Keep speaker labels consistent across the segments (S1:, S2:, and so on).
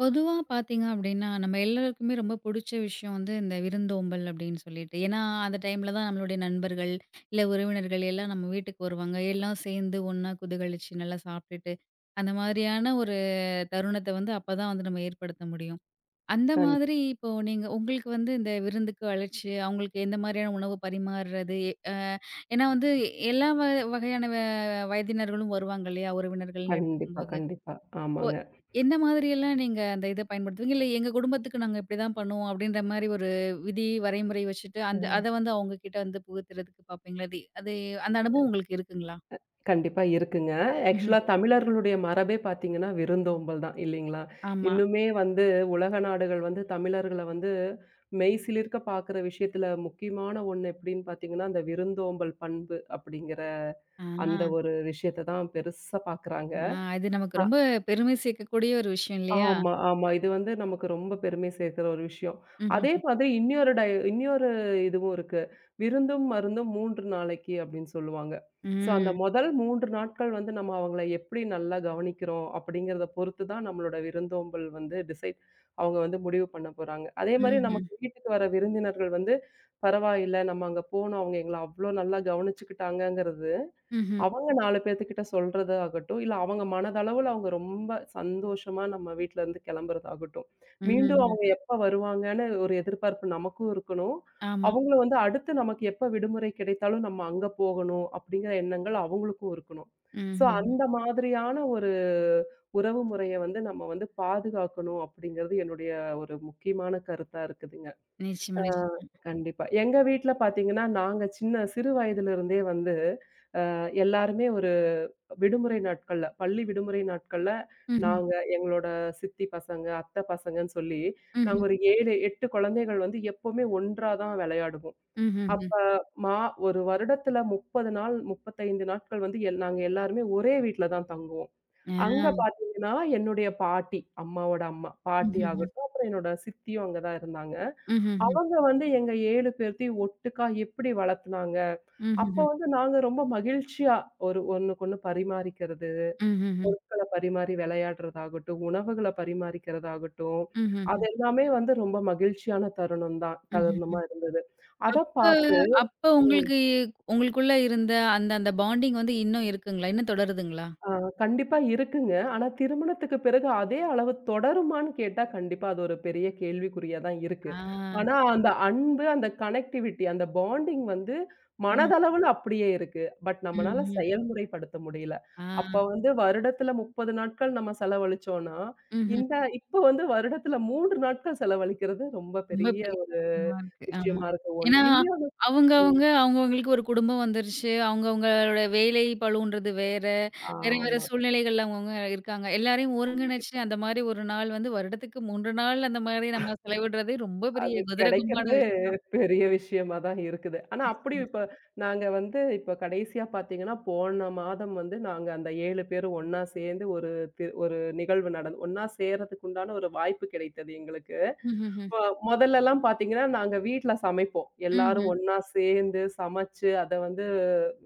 S1: பொதுவா பார்த்தீங்க அப்படின்னா, நம்ம எல்லாருக்குமே ரொம்ப புடிச்ச விஷயம் வந்து இந்த விருந்தோம்பல் அப்படின்னு சொல்லிட்டு. ஏன்னா, அந்த டைம்ல தான் நம்மளுடைய நண்பர்கள், இல்ல உறவினர்கள் எல்லாம் நம்ம வீட்டுக்கு வருவாங்க. எல்லாம் சேர்ந்து ஒண்ணா குதகலிச்சு நல்லா சாப்பிட்டுட்டு, அந்த மாதிரியான ஒரு தருணத்த வந்து அப்பதான் வந்து நம்ம ஏற்படுத்த முடியும். அந்த
S2: கண்
S1: மாதிரி இப்போ நீங்க உங்களுக்கு வந்து இந்த விருந்துக்கு அழைச்சு, அவங்களுக்கு எந்த மாதிரியான உணவு பரிமாறுறது? அ ஏன்னா வந்து எல்லா வ வகையான வயதினர்களும் வருவாங்க இல்லையா? உறவினர்கள்னு
S2: கண்டிப்பா,
S1: எடுத்துக்கும்போது.
S2: கண்டிப்பா.
S1: ஓ!
S2: ஆமாங்க.
S1: என்ன மாதிரியெல்லாம் நீங்க அந்த இத பயன்படுத்துவீங்க? இல்ல எங்க குடும்பத்துக்கு நாங்க இப்படிதான் பண்ணுவோம் அப்படின்ற மாரி ஒரு விதி, வரைமுறை வச்சுட்டு அந்த
S2: அ
S1: அத வந்து அவங்க கிட்ட வந்து புகுத்துறதுக்கு பாப்பீங்களா? அது அது அந்த அனுபவம் உங்களுக்கு இருக்குங்களா?
S2: கண்டிப்பா இருக்குங்க.
S1: ம்ஹ்ம்.
S2: ஆக்சுவலா தமிழர்களுடைய மரபே பார்த்தீங்கன்னா, விருந்தோம்பல் தான் இல்லைங்களா?
S1: ஆமா.
S2: இன்னுமே வந்து உலக நாடுகள் வந்து தமிழர்கள வந்து மெய்சிலிர்க்க பார்க்குற விஷயத்துல முக்கியமான ஒண்ணு எப்படின்னு பார்த்தீங்கன்னா, அந்த விருந்தோம்பல் பண்பு அப்படிங்கிற
S1: ஆ,
S2: அந்த ஒரு விஷயத்த தான் பெருசா பார்க்குறாங்க.
S1: ஆ இது நமக்கு ரொம்ப பெருமை சேர்க்கக்கூடிய ஒரு விஷயம் இல்லையா?
S2: ஆமா, ஆமா. இது வந்து நமக்கு ரொம்ப பெருமை சேர்க்கிற ஒரு விஷயம். அதே
S1: ம்ஹ்ஹ்ம்.
S2: மாதிரி இன்னியொரு இதுவும் இருக்கு. விருந்தும், மருந்தும் 3 நாளைக்கு அப்டின்னு சொல்லுவாங்க. ஸோ அந்த
S1: ம்.
S2: முதல் 3 நாட்கள் வந்து நம்ம அவங்கள எப்படி நல்லா கவனிக்கிறோம் அப்படிங்கிறத பொறுத்து தான் நம்மளோட விருந்தோம்பல் வந்து அவங்க வந்து முடிவு பண்ண போறாங்க. அதே மாரி
S1: ம்ஹ்ம்.
S2: நமக்கு வீட்டுக்கு வர விருந்தினர்கள் வந்து பரவாயில்ல, நம்ம அங்க போனோம் அவங்க எங்கள அவ்ளோ நல்லா கவனிச்சுக்கிட்டாங்கங்கிறது
S1: ம்ஹ்ம்.
S2: அவங்க 4 பேத்துக்கிட்ட சொல்றது ஆகட்டும், இல்ல அவங்க மனதளவுல அவங்க ரொம்ப சந்தோஷமா நம்ம வீட்லருந்து கிளம்புறதாகட்டும். மீண்டும்
S1: ம்ஹ்ம்.
S2: அவங்க எப்ப வருவாங்கன்னு ஒரு எதிர்பார்ப்பு நமக்கும் இருக்கணும்.
S1: ஆமா.
S2: அவங்களும் வந்து அடுத்து நமக்கு எப்ப விடுமுறை கிடைத்தாலும் நம்ம அங்க போகணும் அப்படிங்கிற எண்ணங்கள் அவங்களுக்கும் இருக்கணும். ஸோ
S1: ம்ஹ்ஹ்ம்.
S2: அந்த மாதிரியான ஒரு உறவு முறைய வந்து நம்ம வந்து பாதுகாக்கணும் அப்படிங்கிறது என்னுடைய ஒரு முக்கியமான கருத்தா இருக்குதுங்க.
S1: நிச்சயமா,
S2: ஆ
S1: நிச்சயமா.
S2: கண்டிப்பா. எங்க வீட்ல பார்த்தீங்கன்னா, நாங்க சின்ன சிறு வயதிலிருந்தே வந்து எல்லாருமே விடுமுறை நாட்கள்ல, பள்ளி விடுமுறை நாட்கள்ல,
S1: ம்ஹ்ம்.
S2: நாங்க எங்களோட சித்தி பசங்க, அத்தை பசங்கன்னு சொல்லி, நாங்க
S1: ம்ஹ்ம்.
S2: ஒரு 7, 8 குழந்தைகள் வந்து எப்பவுமே ஒன்றா தான் விளையாடுவோம்.
S1: ம்ஹ்ஹ்ம்.
S2: அப்ப மா ஒரு வருடத்துல 30 நாள், 35 நாட்கள் வந்து நாங்க எல்லாருமே ஒரே வீட்ல தான் தங்குவோம். அங்க
S1: ஆ.
S2: பார்த்தீங்கன்னா, என்னுடைய பாட்டி, அம்மாவோட அம்மா, பாட்டி
S1: ம்ஹ்ஹ்ம்.
S2: ஆகட்டும், அப்புறம் என்னோட சித்தியும் அங்க தான் இருந்தாங்க.
S1: ம்ஹ்ஹ்ம்.
S2: அவங்க வந்து எங்க 7 பேர்த்தையும் ஒட்டுக்கா எப்படி வளர்த்துனாங்க, அப்ப
S1: ம்ஹ்ஹ்ம்.
S2: வந்து நாங்க ரொம்ப மகிழ்ச்சியா ஒரு ஒண்ணுக்கொண்ணு பரிமாறிக்கிறது.
S1: ம்ஹ்ஹ்ம்.
S2: பொருட்கள பரிமாறி விளையாடுறதாகட்டும், உணவுகள பரிமாறிக்கிறதாகட்டும்,
S1: ம்ஹ்ஹ்ம்.
S2: அது
S1: ம்ஹ்ஹ்ம்.
S2: எல்லாமே வந்து ரொம்ப மகிழ்ச்சியான தருணம் தான். தருணமா
S1: ம்ஹ்ஹ்ம்.
S2: இருந்தது. அத பார்த்து.
S1: அப்ப அப்ப
S2: ம்
S1: உங்களுக்குள்ள இருந்த அந்த அந்த பாண்டிங் வந்து இன்னும் இருக்குங்களா? இன்னும் தொடருதுங்களா?
S2: ஆ கண்டிப்பா இருக்குங்க. ஆனா திருமணத்துக்கு பிறகு அதே அளவு தொடருமான்னு கேட்டா, கண்டிப்பா அது ஒரு பெரிய கேள்விக்குறியா தான் இருக்கு.
S1: ஆ நிச்சயமா.
S2: ஆனா அந்த அன்பு, அந்த கனெக்டிவிட்டி, அந்த பாண்டிங் வந்து
S1: ம்.
S2: மனதளவுல அப்படியே இருக்கு. பட் நம்மனால
S1: ம்ஹ்ம்.
S2: செயல்முறைப்படுத்த முடியல.
S1: ஆ.
S2: அப்ப வந்து வருடத்துல 30 நாட்கள் நம்ம செலவழிச்சோம்னா,
S1: ம்ஹ்ம்.
S2: இந்த இப்ப வந்து வருடத்துல 3 நாட்கள் செலவழிக்கிறது ரொம்ப
S1: ரொம்ப
S2: பெரிய
S1: பெரிய
S2: ஒரு
S1: விஷயமா இருக்கு. ஆமா.
S2: விஷயமா இருக்கு. ஒண்ணு
S1: ஏன்னா
S2: இன்னொன்னு.
S1: அவங்க
S2: ம்
S1: அவங்க அவங்கவங்களுக்கு ஒரு குடும்பம் வந்துருச்சு. அவங்கவங்களோட வேலை பளுன்றது வேற. வேற வேற
S2: ஆமா.
S1: சூழ்நிலைகள்ல அவங்கவங்க இருக்காங்க. எல்லாரையும் ஒருங்கிணைச்சு
S2: கண்டிப்பா.
S1: அந்த மாரி ஒரு நாள் வந்து வருடத்துக்கு 3 நாள் அந்த மாரி நம்ம செலவிடுறதே ரொம்ப பெரிய
S2: அது
S1: குதிரகமான
S2: கிடைக்கிறதே
S1: விஷயம்.
S2: பெரிய விஷயமா தான் இருக்குது. ஆனா அப்படி
S1: ம்ஹ்ஹ்ம்.
S2: இப்ப நாங்க வந்து இப்ப கடைசியா பார்த்தீங்கன்னா, போன மாதம் வந்து நாங்க அந்த 7 பேரும் ஒண்ணா சேர்ந்து ஒரு தி ஒரு நிகழ்வு நடந் ஒண்ணா சேர்றதுக்கு உண்டான ஒரு வாய்ப்பு கிடைத்தது எங்களுக்கு.
S1: ம்ஹ்ம்.
S2: அ மொதல்லலாம் பார்த்தீங்கன்னா, நாங்க வீட்ல சமைப்போம்.
S1: ம்ஹ்ம்.
S2: எல்லாரும் ஒண்ணா சேர்ந்து சமைச்சு அத வந்து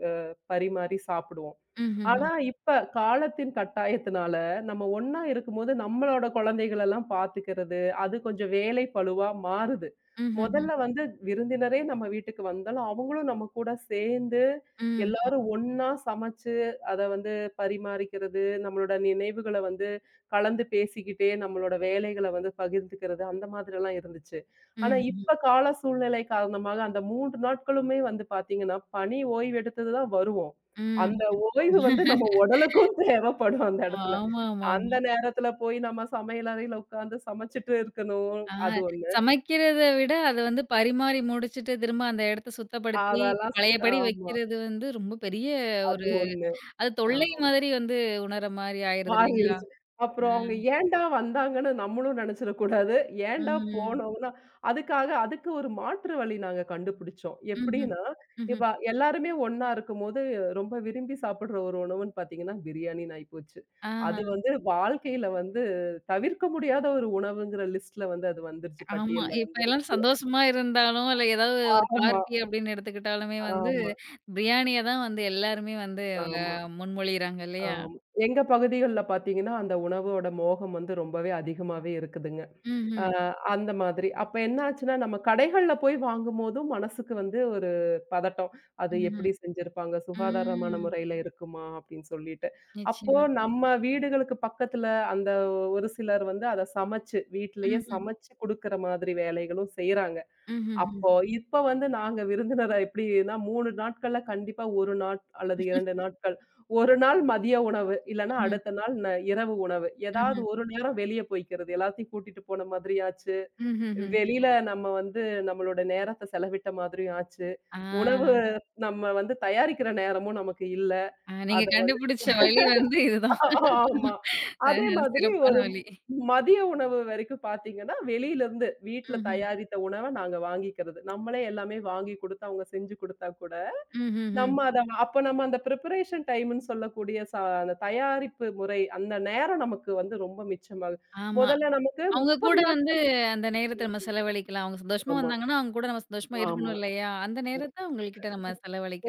S2: அ பரிமாறி சாப்பிடுவோம்.
S1: ம்ஹ்ஹ்ம்.
S2: ஆனா இப்ப காலத்தின் கட்டாயத்தினால, நம்ம ஒண்ணா இருக்கும்போது நம்மளோட குழந்தைகளெல்லாம் பார்த்துக்கிறது, அது கொஞ்சம் வேலை பளுவா மாறுது.
S1: ம்ஹ்ஹ்ம்.
S2: முதல்ல வந்து விருந்தினரே நம்ம வீட்டுக்கு வந்தாலும், அவங்களும் நம்ம கூட சேர்ந்து
S1: ம்.
S2: எல்லாரும் ஒண்ணா சமைச்சு, அத வந்து பரிமாறிக்கிறது, நம்மளோட நினைவுகள வந்து கலந்து பேசிக்கிட்டே நம்மளோட வேலைகள வந்து பகிர்ந்துக்கிறது, அந்த மாதிரிலாம் இருந்துச்சு. ஆனா,
S1: ம்ஹ்ஹ்ம்.
S2: இப்ப கால சூழ்நிலை காரணமாக அந்த 3 நாட்களுமே வந்து பார்த்தீங்கன்னா, பணி ஓய்வு எடுத்தது தான் வருவோம். அந்த
S1: ம்ஹ்ம்.
S2: ஓய்வு வந்து நம்ம உடலுக்கும் தேவைப்படும் அந்த இடத்துல.
S1: ஆமாமாமா.
S2: அந்த நேரத்துல போய் நம்ம சமையல் அறையில உட்கார்ந்து சமைச்சுட்டு இருக்கணும்.
S1: ஆ
S2: அது ஒண்ணு.
S1: சமைக்கிறத விட அத வந்து பரிமாறி முடிச்சுட்டு, திரும்ப அந்த இடத்த சுத்தப்படுத்தி,
S2: அதெல்லாம் சுத்த
S1: பழையபடி
S2: ஆமா.
S1: வைக்கிறது வந்து ரொம்ப பெரிய
S2: அது
S1: ஒரு
S2: ஒண்ணு.
S1: அது தொல்லை
S2: ஆமா.
S1: மாதிரி வந்து உணர மாரி ஆயிருது இல்லைங்களா?
S2: மாறிருச்சு. அப்புறம்
S1: அ.
S2: அவங்க ஏன்டா வந்தாங்கன்னு நம்மளும் நெனச்சிடக் கூடாது. ஏன்டா
S1: ம்.
S2: போனோம்னா அதுக்காக அதுக்கு ஒரு மாற்று வழி நாங்க கண்டுபிடிச்சோம்.
S1: ம்ஹ்ம்.
S2: எப்படின்னா,
S1: ம்ஹ்ம்.
S2: இப்ப எல்லாருமே ஒண்ணா இருக்கும்போது ரொம்ப விரும்பி சாப்பிடுற ஒரு உணவுன்னு பார்த்தீங்கன்னா, பிரியாணின்னு ஆயிப்போச்சு.
S1: ஆஹா.
S2: அது வந்து வாழ்க்கையில வந்து தவிர்க்க முடியாத ஒரு உணவுங்கிற லிஸ்ட்ல வந்து அது வந்துருச்சு.
S1: ஆமா.
S2: பட்டியல்ல
S1: இப்ப எல்லாரும்
S2: வந்துருச்சு.
S1: சந்தோஷமா இருந்தாலும், இல்ல ஏதாவது ஒரு
S2: ஆமா,
S1: பார்ட்டி அப்படின்னு எடுத்துக்கிட்டாலுமே வந்து,
S2: ஆமா.
S1: பிரியாணிய தான் வந்து எல்லாருமே வந்து
S2: ஆமா,
S1: முன்மொழியிறாங்க இல்லையா?
S2: ஆமா. எங்க பகுதிகள்ல பார்த்தீங்கன்னா, அந்த உணவோட மோகம் வந்து ரொம்பவே அதிகமாவே இருக்குதுங்க. அ
S1: ம்ஹ்ம்.
S2: அந்த மாதிரி. அப்ப என்ன ஆச்சுன்னா, நம்ம கடைகள்ல போய் வாங்கும்போதும் மனசுக்கு வந்து ஒரு பதட்டம். அது
S1: ம்ஹ்ம்.
S2: எப்படி செஞ்சிருப்பாங்க? சுகாதாரமான
S1: ம்.
S2: முறையில இருக்குமா? அப்படின்னு சொல்லிட்டு. அப்போ
S1: நிச்சயமா.
S2: நம்ம வீடுகளுக்கு பக்கத்துல அந்த ஒரு சிலர் வந்து அத சமைச்சு, வீட்லயே
S1: ம்ஹ்ம்.
S2: சமைச்சு குடுக்குற மாதிரி வேலைகளும் செய்றாங்க.
S1: ம்ஹ்ஹ்ம்.
S2: அப்போ இப்ப வந்து நாங்க விருந்தினர எப்படின்னா 3 நாட்கள்ல கண்டிப்பா 1 நாள் அல்லது 2 நாட்கள். 1 நாள் மதிய உணவு, இல்லன்னா
S1: ம்ஹ்ம்.
S2: அடுத்த நாள் இரவு உணவு. ஏதாவது
S1: ம்ஹ்ம்.
S2: ஒரு நேரம் வெளிய போய்க்கிறது. எல்லாத்தையும் கூட்டிட்டு போன மாதிரி ஆச்சு.
S1: ம்ஹ்ஹ்ம்.
S2: வெளியில நம்ம வந்து நம்மளோட நேரத்த செலவிட்ட மாதிரியும் ஆச்சு.
S1: ஆ,
S2: உணவு நம்ம வந்து தயாரிக்கிற நேரமும் நமக்கு இல்ல.
S1: ஆ நீங்க
S2: அத
S1: கண்டுபிடிச்ச வழி வந்து இதுதான்.
S2: ஆமா.
S1: அ
S2: அதே மாதிரி
S1: சிறப்பான
S2: ஒரு
S1: வழி.
S2: மதிய உணவு வரைக்கும் பார்த்தீங்கன்னா, வெளியிலருந்து வீட்ல
S1: ம்ஹ்ம்.
S2: தயாரித்த உணவ நாங்க வாங்கிக்கிறது. நம்மளே எல்லாமே வாங்கி குடுத்து, அவங்க செஞ்சு குடுத்தா கூட,
S1: ம்ஹ்ஹ்ம்.
S2: நம்ம அத அப்ப நம்ம அந்த பிரிப்பரேஷன் டைம்ன்னு சொல்லக்கூடிய ச அந்த தயாரிப்பு முறை, அந்த நேரம் நமக்கு வந்து ரொம்ப மிச்சமாகுது.
S1: ஆமா.
S2: முதல்ல நமக்கு
S1: அவங்க
S2: 30
S1: கூட வந்து
S2: நாட்கள்.
S1: அந்த நேரத்த நம்ம செலவழிக்கலாம். அவங்க சந்தோஷமா
S2: ஆமா,
S1: வந்தாங்கன்னா, அவங்க கூட நம்ம சந்தோஷமா
S2: ஆமா.
S1: இருக்கணும் இல்லையா? அந்த நேரத்த அவங்கள்கிட்ட நம்ம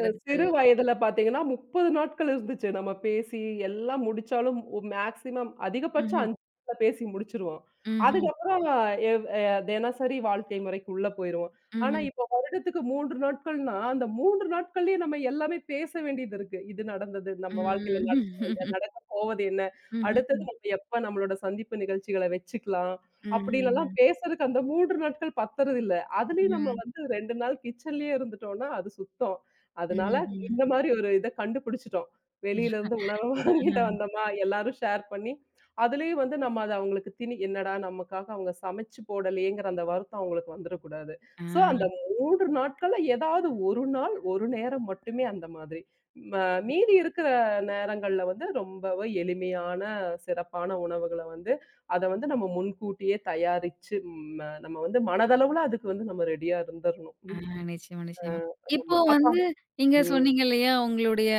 S2: சிறு வயதுல பார்த்தீங்கன்னா, 30 நாட்கள் இருந்துச்சு. நம்ம பேசி எல்லாம் முடிச்சாலும் மேக்ஸிமம் அதிகபட்சம்
S1: ம்ஹ்ம்.
S2: 5 நாள்ல பேசி முடிச்சுருவோம்.
S1: ம்ஹ்ம்.
S2: அதுக்கப்புறம் எவ் அ தினசரி வாழ்க்கை முறைக்கு உள்ள போயிருவோம். ஆனா,
S1: ம்ஹ்ம்.
S2: இப்போ வருடத்துக்கு 3 நாட்கள்னா, அந்த 3 நாட்கள்லயே நம்ம எல்லாமே பேச வேண்டியது இருக்கு. இது நடந்தது, நம்ம வாழ்க்கையில
S1: ம்.
S2: நடந்தது என்ன, நடக்கப் போவது என்ன, அடுத்தது
S1: ம்ஹ்ஹ்ம்.
S2: நம்ம எப்ப நம்மளோட சந்திப்பு நிகழ்ச்சிகள வச்சுக்கலாம்,
S1: ம்ஹ்ஹ்ம்.
S2: அப்படின்னுலாம் பேசுறதுக்கு அந்த 3 நாட்கள் பத்தறதில்ல. அதுலயும் நம்ம
S1: ம்.
S2: வந்து 2 நாள் கிச்சன்லயே இருந்துட்டோம்னா, அது சுத்தம். அதனால
S1: ம்ஹ்ம்.
S2: இந்த மாரி ஒரு இத கண்டுபிடிச்சுட்டோம். வெளியில இருந்து உணவ வாங்கிட்டு
S1: ஆஹ.
S2: வந்தோமா, எல்லாரும் ஷேர் பண்ணி, அதுலயும் வந்து நம்ம அத அவங்களுக்கு என்னடா நமக்காக அவங்க சமைச்சு போடலையேங்கிற அந்த வருத்தம் அவங்களுக்கு வந்துரக்கூடாது.
S1: ஆ.
S2: சோ அந்த 3 நாட்கள்ல ஏதாவது ஒரு நாள், ஒரு நேரம் மட்டுமே அந்த மாதிரி. ம மீதி இருக்கிற நேரங்கள்ல வந்து ரொம்பவே எளிமையான, சிறப்பான உணவுகள வந்து அத வந்து நம்ம முன்கூட்டியே தயாரிச்சு நம்ம வந்து மனதளவுல அதுக்கு வந்து நம்ம ரெடியா இருந்துரணும்.
S1: ஆ
S2: ம்.
S1: நிச்சயமா,
S2: அ
S1: நிச்சயமா. இப்போ
S2: ஆமா. அப்ப.
S1: வந்து நீங்க
S2: ம்.
S1: சொன்னீங்க இல்லையா, உங்களுடைய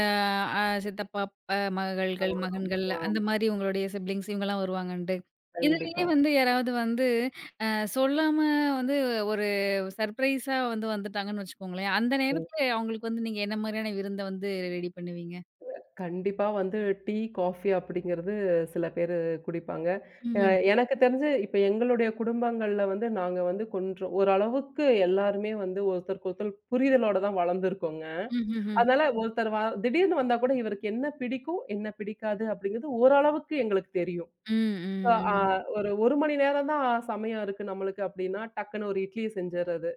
S1: சித்தப்பா மகள்கள்,
S2: ஆமா,
S1: மகன்கள்
S2: ஆமா.
S1: அந்த மாரி உங்களுடைய சிப்லிங்ஸ் இவங்கலாம் வருவாங்கன்ட்டு. இதுலயே
S2: கண்டிப்பா.
S1: வந்து யாராவது வந்து சொல்லாம வந்து ஒரு சர்ப்ரைஸா வந்து வந்துட்டாங்கன்னு வச்சுக்கோங்களேன். அந்த
S2: ம்.
S1: நேரத்துல அவங்களுக்கு வந்து நீங்க என்ன மாரியான விருந்த வந்து ரெடி பண்ணுவீங்க?
S2: கண்டிப்பா வந்து டீ, காஃபி அப்படிங்கிறது சில பேரு குடிப்பாங்க. அ
S1: ம்ஹ்ம்.
S2: எனக்கு தெரிஞ்சு இப்ப எங்களுடைய குடும்பங்கள்ல வந்து நாங்க வந்து கொஞ்சம் ஓரளவுக்கு எல்லாருமே வந்து ஒருத்தருக்கு ஒருத்தர் புரிதலோட தான் வளர்ந்துருக்கோங்க.
S1: ம்ஹ்ஹ்ம்.
S2: அதனால ஒருத்தர் வ திடீர்னு வந்தா கூட இவருக்கு என்ன பிடிக்கும், என்ன பிடிக்காது அப்படிங்கிறது ஓரளவுக்கு எங்களுக்கு தெரியும்.
S1: ம்,
S2: அ
S1: ம்,
S2: ஆ
S1: ம்.
S2: ஒரு 1 மணி நேரம் தான் சமயம் இருக்கு நம்மளுக்கு அப்டின்னா, டக்குன்னு ஒரு இட்லிய செஞ்சர்றது.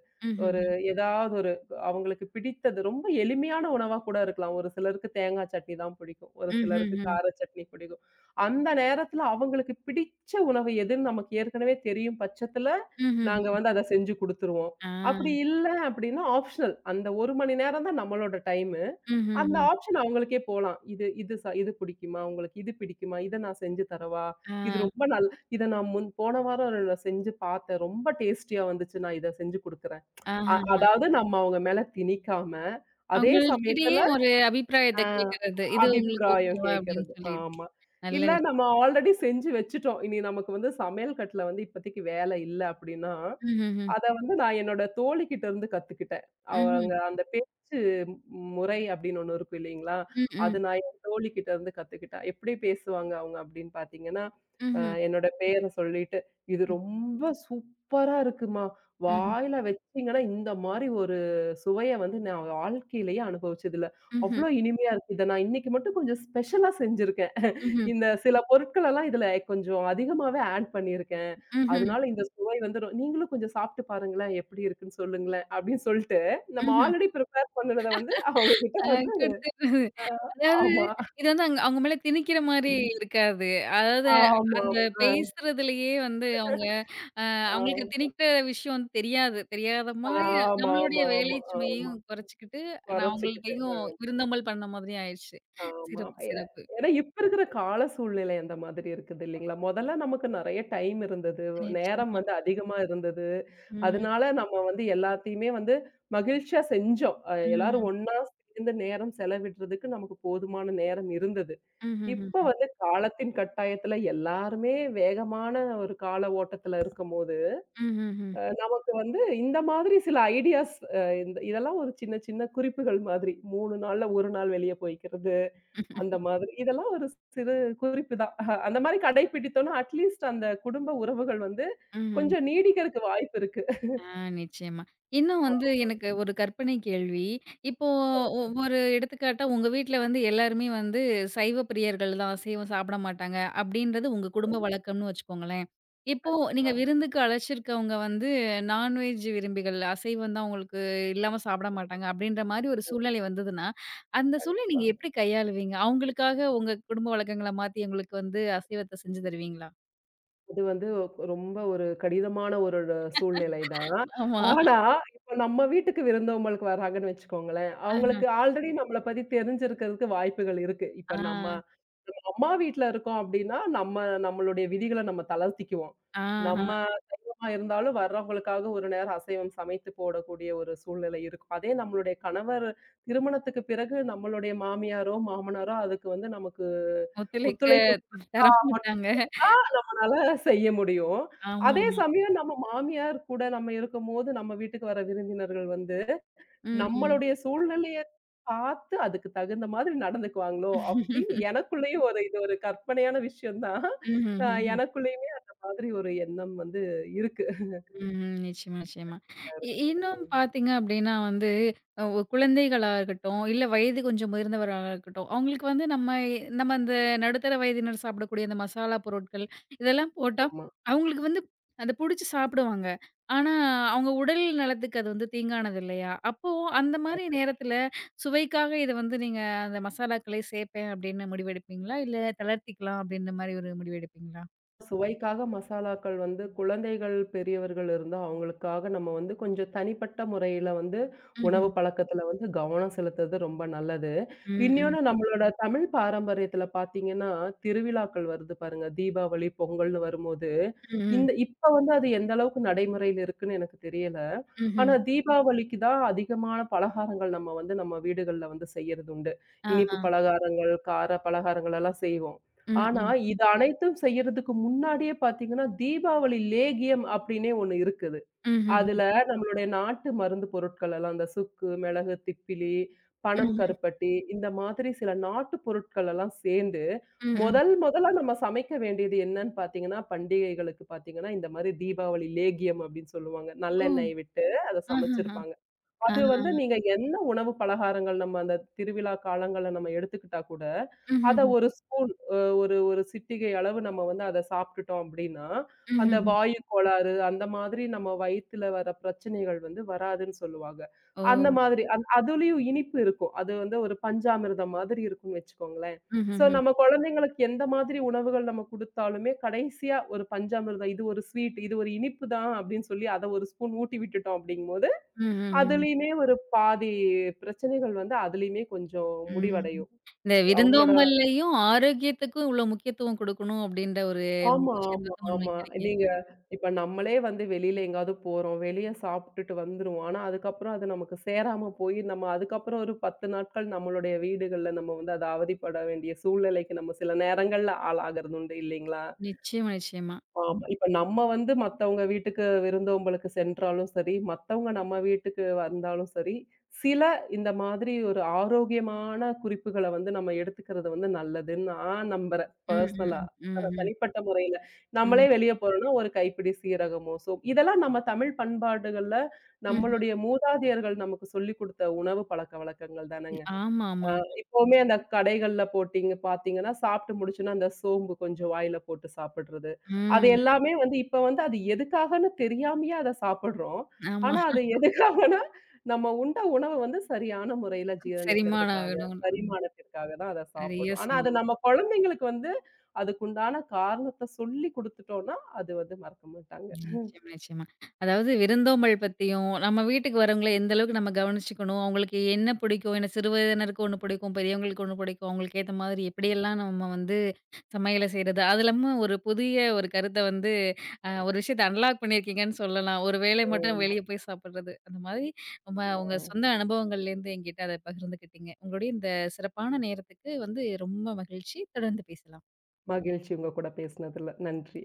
S2: ஒரு
S1: ம்ஹ்ஹ்ம்.
S2: ஏதாவது ஒரு அவங்களுக்கு பிடித்தது ரொம்ப எளிமையான உணவா கூட இருக்கலாம். ஒரு சிலருக்கு தேங்காய் சட்னி தான் பிடிக்கும். ஒரு சிலருக்கு
S1: ம்ஹ்ஹ்ம்.
S2: கார சட்னி பிடிக்கும். அந்த நேரத்துல அவங்களுக்கு பிடிச்ச உணவு எதுன்னு நமக்கு ஏற்கனவே தெரியும் பட்சத்துல,
S1: ம்ஹ்ஹ்ம்.
S2: நாங்க வந்து அத செஞ்சு குடுத்துருவோம்.
S1: ஆ.
S2: அப்படி இல்ல அப்டின்னா ஆப்ஷனல். அந்த 1 மணி நேரம் தான் நம்மளோட டைமு. அந்த
S1: ம்ஹ்ஹ்ம்.
S2: ஆப்ஷன் அவங்களுக்கே போலாம். இது இது ச இது பிடிக்குமா? உங்களுக்கு இது பிடிக்குமா? இத நான் செஞ்சு தரவா?
S1: ஆ.
S2: இது ரொம்ப நல் இத நான் முன் போன வாரம் நான் செஞ்சு பார்த்தேன். ரொம்ப டேஸ்டியா வந்துச்சு. நான் இத செஞ்சு குடுக்குறேன்.
S1: ஆஹ.
S2: அதாவது நம்ம அவங்க மேல திணிக்காம, அதே
S1: அவங்களுக்கிடையே
S2: சமயத்துல
S1: ஒரு அபிப்பிராயத்த
S2: அ
S1: கேட்கறது. இது உங்களுக்கு
S2: அபிப்பிராயம்
S1: ஓகேவா? அப்படின்னு
S2: கேட்கறது.
S1: சொல்லிட்டு.
S2: ஆமா.
S1: நல்ல
S2: இல்ல
S1: விஷயம்.
S2: நம்ம ஆல்ரெடி செஞ்சு வச்சுட்டோம். இனி நமக்கு வந்து சமையல் கட்டுல வந்து இப்போதைக்கு வேலை இல்ல அப்படின்னா,
S1: ம்ஹ்ஹ்ம்.
S2: அத வந்து நான் என்னோட தோழிகிட்ட இருந்து கத்துக்கிட்டேன்.
S1: ம்ஹ்ம்.
S2: அவங்க அந்த பேச்சு முறை அப்படின்னு ஒண்ணு இருக்கும் இல்லைங்களா? அது
S1: ம்ம்.
S2: நான் என் தோழிகிட்ட இருந்து கத்துக்கிட்டேன். எப்படி பேசுவாங்க அவங்க அப்படின்னு பார்த்தீங்கன்னா,
S1: ம்ஹ்ம்.
S2: என்னோட பேர சொல்லிட்டு, "இது
S1: ம்.
S2: ரொம்ப சூப்பரா இருக்கும்மா.
S1: ம்ஹ்ம்.
S2: வாயில வச்சீங்கன்னா இந்த மாரி ஒரு சுவைய வந்து நான் வாழ்க்கையிலேயே அனுபவிச்சது இல்ல.
S1: ம்ஹ்ம்.
S2: அவ்ளோ இனிமையா இருக்கு. இத நான் இன்னைக்கு மட்டும் கொஞ்சம் ஸ்பெஷலா செஞ்சிருக்கேன்."
S1: ம்ஹ்ம்.
S2: இந்த சில பொருட்கள் எல்லாம் இதுல கொஞ்சம் அதிகமாவே ஆட் பண்ணியிருக்கேன்.
S1: ம்ஹ்ம்.
S2: அதனால இந்த சுவை வந்து ரொ நீங்களும் கொஞ்சம் சாப்பிட்டு பாருங்களேன், எப்படி இருக்குன்னு சொல்லுங்களேன் அப்படின்னு சொல்லிட்டு, நம்ம
S1: ம்ஹ்ம்.
S2: ஆல்ரெடி பிரிப்பேர் பண்ணுனத வந்து அவங்க கிட்ட
S1: அ
S2: வந்து.
S1: குடுத்துறது.
S2: அ
S1: அதாவது
S2: ஆமா.
S1: இது வந்து அங்க அவங்க மேல திணிக்கிற மாரி இருக்காது. அதாவது
S2: ஆமாமா.
S1: அந்த பேசுறதுலயே வந்து அவங்க அ அவங்களுக்கு
S2: ஆமா.
S1: திணிக்கிற விஷயம் வந்து தெரியாது. தெரியாத மாரி நம்மளுடைய
S2: ஆமாமா,
S1: வேலை
S2: ஆமா, ஆமா.
S1: சுமையையும் குறைச்சுக்கிட்டு நான்
S2: கொறச்சுக்கிட்டு.
S1: அவங்கள்ட்டயும் விருந்தோம்பல் பண்ண மாதிரி ஆயிடுச்சு.
S2: ஆமா.
S1: சிறப்பு,
S2: எ
S1: சிறப்பு.
S2: ஏன்னா இப்ப இருக்கிற கால சூழ்நிலை அந்த மாதிரி இருக்குது இல்லைங்களா? மொதல்ல நமக்கு நெறைய டைம் இருந்தது. நேரம்
S1: நிச்சயமா.
S2: வந்து அதிகமா இருந்தது.
S1: ம்,
S2: அதனால நம்ம வந்து எல்லாத்தையுமே வந்து மகிழ்ச்சியா செஞ்சோம். எல்லாரும்
S1: ம்.
S2: ஒண்ணா சேர்ந்து நேரம் செலவிடுறதுக்கு நமக்கு போதுமான நேரம் இருந்தது. இப்ப
S1: ம்ஹ்ஹ்ஹ்ம்.
S2: வந்து காலத்தின் கட்டாயத்துல எல்லாருமே வேகமான ஒரு கால ஓட்டத்துல இருக்கும்போது,
S1: ம்ஹ்ஹ்ம்.
S2: நமக்கு வந்து இந்த மாதிரி சில ஐடியாஸ் இந்த இதெல்லாம் ஒரு சின்ன சின்ன குறிப்புகள் மாதிரி. 3 நாள்ல 1 நாள் வெளிய போய்க்கிறது. அந்த மாதிரி. இதெல்லாம் ஒரு சிறு குறிப்பு தான். அந்த மாரி கடைப்பிடித்தோம்னா, அட்லீஸ்ட் அந்த குடும்ப உறவுகள் வந்து
S1: ம்ஹ்ம்.
S2: கொஞ்சம் நீடிக்கிறதுக்கு வாய்ப்பு இருக்கு.
S1: ஆ நிச்சயமா. இன்னும் வந்து
S2: ஆமா.
S1: எனக்கு ஒரு கற்பனை கேள்வி. இப்போ ஒவ்வொரு எடுத்துக்காட்டா உங்க வீட்ல வந்து எல்லாருமே வந்து சைவ பிரியர்கள் தான். அசைவம் சாப்பிட மாட்டாங்க. அப்படின்றது உங்க குடும்ப
S2: கண்டிப்பா,
S1: வழக்கம்னு வச்சுக்கோங்களேன். இப்போ நீங்க விருந்துக்கு அழைச்சிருக்கவங்க வந்து நான்வெஜ் விரும்பிகள். அசைவம் தான் உங்களுக்கு இல்லாம சாப்பிட மாட்டாங்க. அப்படின்ற மாரி ஒரு சூழ்நிலை வந்ததுன்னா, அந்த சூழ்நிலை
S2: கண்டிப்பா.
S1: நீங்க எப்படி கையாளுவீங்க? அவங்களுக்காக உங்க குடும்ப வழக்கங்கள மாத்தி அவங்களுக்கு வந்து அசைவத்த செஞ்சு தருவீங்களா?
S2: இது வந்து ரொம்ப ஒரு கடினமான ஒரு சூழ்நிலை தான்.
S1: ஆமா.
S2: ஆனா, இப்ப நம்ம வீட்டுக்கு விருந்தோம்பலுக்கு வராங்கன்னு வச்சுக்கோங்களேன்,
S1: அ,
S2: அவங்களுக்கு ஆல்ரெடி நம்மள பத்தி தெரிஞ்சிருக்கிறதுக்கு வாய்ப்புகள் இருக்கு.
S1: ஆ,
S2: இப்ப நம்ம நம்ம அம்மா வீட்ல இருக்கோம் அப்டின்னா, நம்மளுடைய விதிகள நம்ம தளர்த்திக்குவோம்.
S1: ஆஹா.
S2: நம்ம ஆ, இருந்தாலும் வர்றவங்களுக்காக ஒரு நேரம் அசைவம் சமைத்து போடக்கூடிய ஒரு சூழ்நிலை இருக்கும். அதே நம்மளுடைய கணவர் திருமணத்துக்கு பிறகு நம்மளுடைய மாமியாரோ, மாமனாரோ அதுக்கு வந்து நமக்கு
S1: ஒத்துழைக்க
S2: ஒத்துழைப்பு
S1: தரமாட்டாங்க.
S2: மட்டும் தான் அதனால செய்ய முடியும். அதே
S1: ஆமாமா.
S2: சமயம் நம்ம மாமியார் கூட நம்ம இருக்கும்போது, நம்ம வீட்டுக்கு வர விருந்தினர்கள் வந்து
S1: ம். ம்.
S2: நம்மளுடைய சூழ்நிலைய பார்த்து அதுக்கு தகுந்த மாதிரி நடந்துக்குவாங்களோ! அப்படின்னு எனக்குள்ளேயும் ஒரு இது ஒரு கற்பனையான விஷயம் தான். அ
S1: ம்ஹ்ஹ்ம்.
S2: எனக்குள்ளேயுமே அந்த மாதிரி ஒரு எண்ணம் வந்து இருக்கு.
S1: ம்ஹ்ம். நிச்சயமா, நிச்சயமா. இன்னும் பார்த்தீங்க அப்படின்னா வந்து, அ ஒ குழந்தைகளா இருக்கட்டும், இல்ல வயது கொஞ்சம் முதிர்ந்தவரா இருக்கட்டும், அவங்களுக்கு வந்து நம்ம நம்ம அந்த நடுத்தர வயதினர் சாப்பிடக்கூடிய அந்த மசாலா பொருட்கள், இதெல்லாம் போட்டா
S2: ஆமா.
S1: அவங்களுக்கு வந்து அத புடிச்சு சாப்பிடுவாங்க. ஆனா, அவங்க உடல் நலத்துக்கு அது வந்து தீங்கானது இல்லையா? அப்போ அந்த மாரி நேரத்தில சுவைக்காக இத வந்து நீங்க அந்த மசாலாக்களே சேர்ப்பேன் அப்படின்னு முடிவெடுப்பீங்களா? இல்ல தளர்த்திக்கலாம் அப்படின்ற மாரி ஒரு முடிவு எடுப்பீங்களா?
S2: சுவைக்காக மசாலாக்கள் வந்து குழந்தைகள், பெரியவர்கள் இருந்தா அவங்களுக்காக நம்ம வந்து கொஞ்சம் தனிப்பட்ட முறையில வந்து உணவு
S1: ம்ஹ்ம்.
S2: பழக்கத்துல வந்து கவனம் செலுத்துறது ரொம்ப நல்லது.
S1: ம், ம்.
S2: இன்னொன்னு நம்மளோட தமிழ் பாரம்பரியத்துல பார்த்தீங்கன்னா, திருவிழாக்கள் வருது பாருங்க. தீபாவளி, பொங்கல்னு வரும்போது
S1: ம், ம்.
S2: இப்ப வந்து அது எந்த அளவுக்கு நடைமுறையில இருக்குன்னு எனக்கு தெரியல.
S1: ம்ஹ்ம்.
S2: ஆனா ம். தீபாவளிக்கு தான் அதிகமான பலகாரங்கள் நம்ம வந்து நம்ம வீடுகள்ல வந்து செய்யறது உண்டு.
S1: ஆஹ.
S2: இனிப்பு பலகாரங்கள், கார பலகாரங்கள் எல்லாம் செய்வோம்.
S1: హ్మ్.
S2: ஆனா
S1: హ్మ్.
S2: இது அனைத்தும் செய்யறதுக்கு முன்னாடியே பார்த்தீங்கன்னா, தீபாவளி லேகியம் அப்டின்னே ஒண்ணு இருக்கு.
S1: హుహుహు.
S2: அதுல நம்மளுடைய நாட்டு மருந்து பொருட்கள் எல்லாம், இந்த சுக்கு, மிளகு, திப்பிலி, பனம்
S1: హుహు.
S2: கருப்பட்டி இந்த மாதிரி சில நாட்டு பொருட்கள் எல்லாம் சேர்ந்து,
S1: హ్మ్. హ్మ్.
S2: முதல் முதலா நம்ம சமைக்க வேண்டியது என்னன்னு பார்த்தீங்கன்னா, பண்டிகைகளுக்கு பார்த்தீங்கன்னா, இந்த மாரி தீபாவளி லேகியம் அப்படின்னு சொல்லுவாங்க.
S1: ఓహ్!
S2: நல்லெண்ணெய் விட்டு அத
S1: ఆహాహా!
S2: சமைச்சிருப்பாங்க.
S1: ఆ!
S2: அது வந்து நீங்க என்ன உணவு பலகாரங்கள் நம்ம அந்த திருவிழா காலங்கள்ல நம்ம எடுத்துக்கிட்டா கூட, அத
S1: హుహుహు.
S2: ஒரு ஸ்பூன் அ ஒரு ஒரு சிட்டிகை அளவு நம்ம வந்து அத சாப்பிட்டுட்டோம் அப்படின்னா, அந்த
S1: హుహుహు.
S2: வாயு கோளாறு அந்த மாதிரி நம்ம வயித்துல வர பிரச்சனைகள் வந்து வராதுன்னு சொல்லுவாங்க.
S1: ஓ!
S2: அந்த மாதிரி அதுலயும் இனிப்பு இருக்கும். அது வந்து ஒரு பஞ்சாமிர்தம் மாதிரி இருக்கும்னு வச்சுக்கோங்களேன். ஸோ
S1: ஹுஹுஹு.
S2: நம்ம குழந்தைங்களுக்கு எந்த மாதிரி உணவுகள் நம்ம குடுத்தாலுமே கடைசியா ஒரு பஞ்சாமிர்தம், இது ஒரு ஸ்வீட், இது ஒரு இனிப்பு தான் அப்படின்னு சொல்லி அத ஒரு ஸ்பூன் ஊட்டி விட்டுட்டோம் அப்படிங்கும்போது,
S1: ம்ஹ்ஹும்.
S2: அதுலயுமே ஒரு பாதி பிரச்சனைகள் வந்து அதுலயுமே கொஞ்சம்
S1: ம்.
S2: முடிவடையும்.
S1: இந்த
S2: அவங்களோட.
S1: விருந்தோம்பல்லையும், ஆரோக்கியத்துக்கும் இவ்ளோ முக்கியத்துவம் குடுக்கணும் அப்டின்ற ஒரு
S2: ஆமா,
S1: விஷயத்த
S2: ஆமா,
S1: வந்து
S2: ஆமா.
S1: முன்வைக்கிறீங்க.
S2: நீங்க இப்ப நம்மளே வந்து வெளியில எங்கேயாவது போறோம். வெளிய சாப்பிட்டுட்டு வந்துருவோம். ஆனா, அதுக்கப்புறம் அது நமக்கு சேராம போய், நம்ம அதுக்கப்புறம் ஒரு 10 நாட்கள் நம்மளுடைய வீடுகள்ல நம்ம வந்து அத அவதிப்பட வேண்டிய சூழ்நிலைக்கு நம்ம சில நேரங்கள்ல ஆளாகறது உண்டு இல்லைங்களா?
S1: நிச்சயமா, நிச்சயமா.
S2: ஆமா. இப்ப நம்ம வந்து மத்தவங்க வீட்டுக்கு விருந்தோம்பலுக்கு சென்றாலும் சரி, மத்தவங்க நம்ம வீட்டுக்கு வந்தாலும் சரி, சில இந்த மாதிரி ஒரு ஆரோக்கியமான குறிப்புகள வந்து நம்ம எடுத்துக்கிறது வந்து நல்லதுன்னு நான் நம்புறேன்.
S1: ம்.
S2: பர்சனலா.
S1: ம். ம். ம்.
S2: தனிப்பட்ட முறையில.
S1: ம்.
S2: நம்மளே வெளிய போறோம்னா ஒரு கைப்பிடி சீரகமோ, சோ இதெல்லாம் நம்ம தமிழ் பண்பாடுகள்ல
S1: ம்ஹ்ம்.
S2: நம்மளுடைய மூதாதையர்கள் நமக்கு சொல்லிக் குடுத்த உணவு பழக்கவழக்கங்கள் தானங்க. அ
S1: ஆமாமா.
S2: இப்பவுமே அந்த கடைகள்ல போட்டீங்க பார்த்தீங்கன்னா, சாப்பிட்டு முடிச்சோன அந்த சோம்பு கொஞ்சம் வாயில போட்டு சாப்பிடுறது. அது
S1: ம்.
S2: எல்லாமே வந்து இப்ப வந்து அது எதுக்காகன்னு தெரியாமயே அத சாப்பிடுறோம்.
S1: ஆமா.
S2: ஆனா அது எதுக்காகன்னா, நம்ம உண்ட உணவு வந்து சரியான முறையில
S1: செரிமானம்
S2: ஜீரணிக்கிறதுக்காக,
S1: ஆகணும். ம்.
S2: பரிமாணத்திற்காக தான் அத
S1: நெறைய
S2: சாப்பிடுறோம். ஆனா அது
S1: சொன்னீங்க.
S2: நம்ம குழந்தைங்களுக்கு வந்து அதுக்குண்டான காரணத்த சொல்லி குடுத்துட்டோம்னா, அது வந்து மறக்க மாட்டாங்க.
S1: நிச்சயமா, நிச்சயமா. அதாவது விருந்தோம்பல் பத்தியும், நம்ம வீட்டுக்கு வரவங்கள எந்த அளவுக்கு நம்ம கவனிச்சுக்கணும், அவங்களுக்கு என்ன பிடிக்கும், ஏன்னா சிறு வயதினருக்கு ஒண்ணு பிடிக்கும், பெரியவங்களுக்கு ஒண்ணு பிடிக்கும், அவங்களுக்கு ஏத்த மாதிரி எப்படியெல்லாம் நம்ம வந்து சமையல செய்றது. அது இல்லாம ஒரு புதிய ஒரு கருத்த வந்து ஒரு விஷயத்த அன்லாக் பண்ணியிருக்கீங்கன்னு சொல்லலாம். ஒரு வேளை மட்டும்
S2: அ
S1: வெளிய போய் சாப்பிடுறது. அந்த மாதிரி நம்ம உங்க சொந்த அனுபவங்கள்லேருந்து என்கிட்ட அத பகிர்ந்துக்கிட்டீங்க. உங்களுடைய இந்த சிறப்பான நேரத்துக்கு வந்து ரொம்ப மகிழ்ச்சி. தொடர்ந்து பேசலாம்.
S2: மகிழ்ச்சி உங்க கூட பேசினதுல. நன்றி.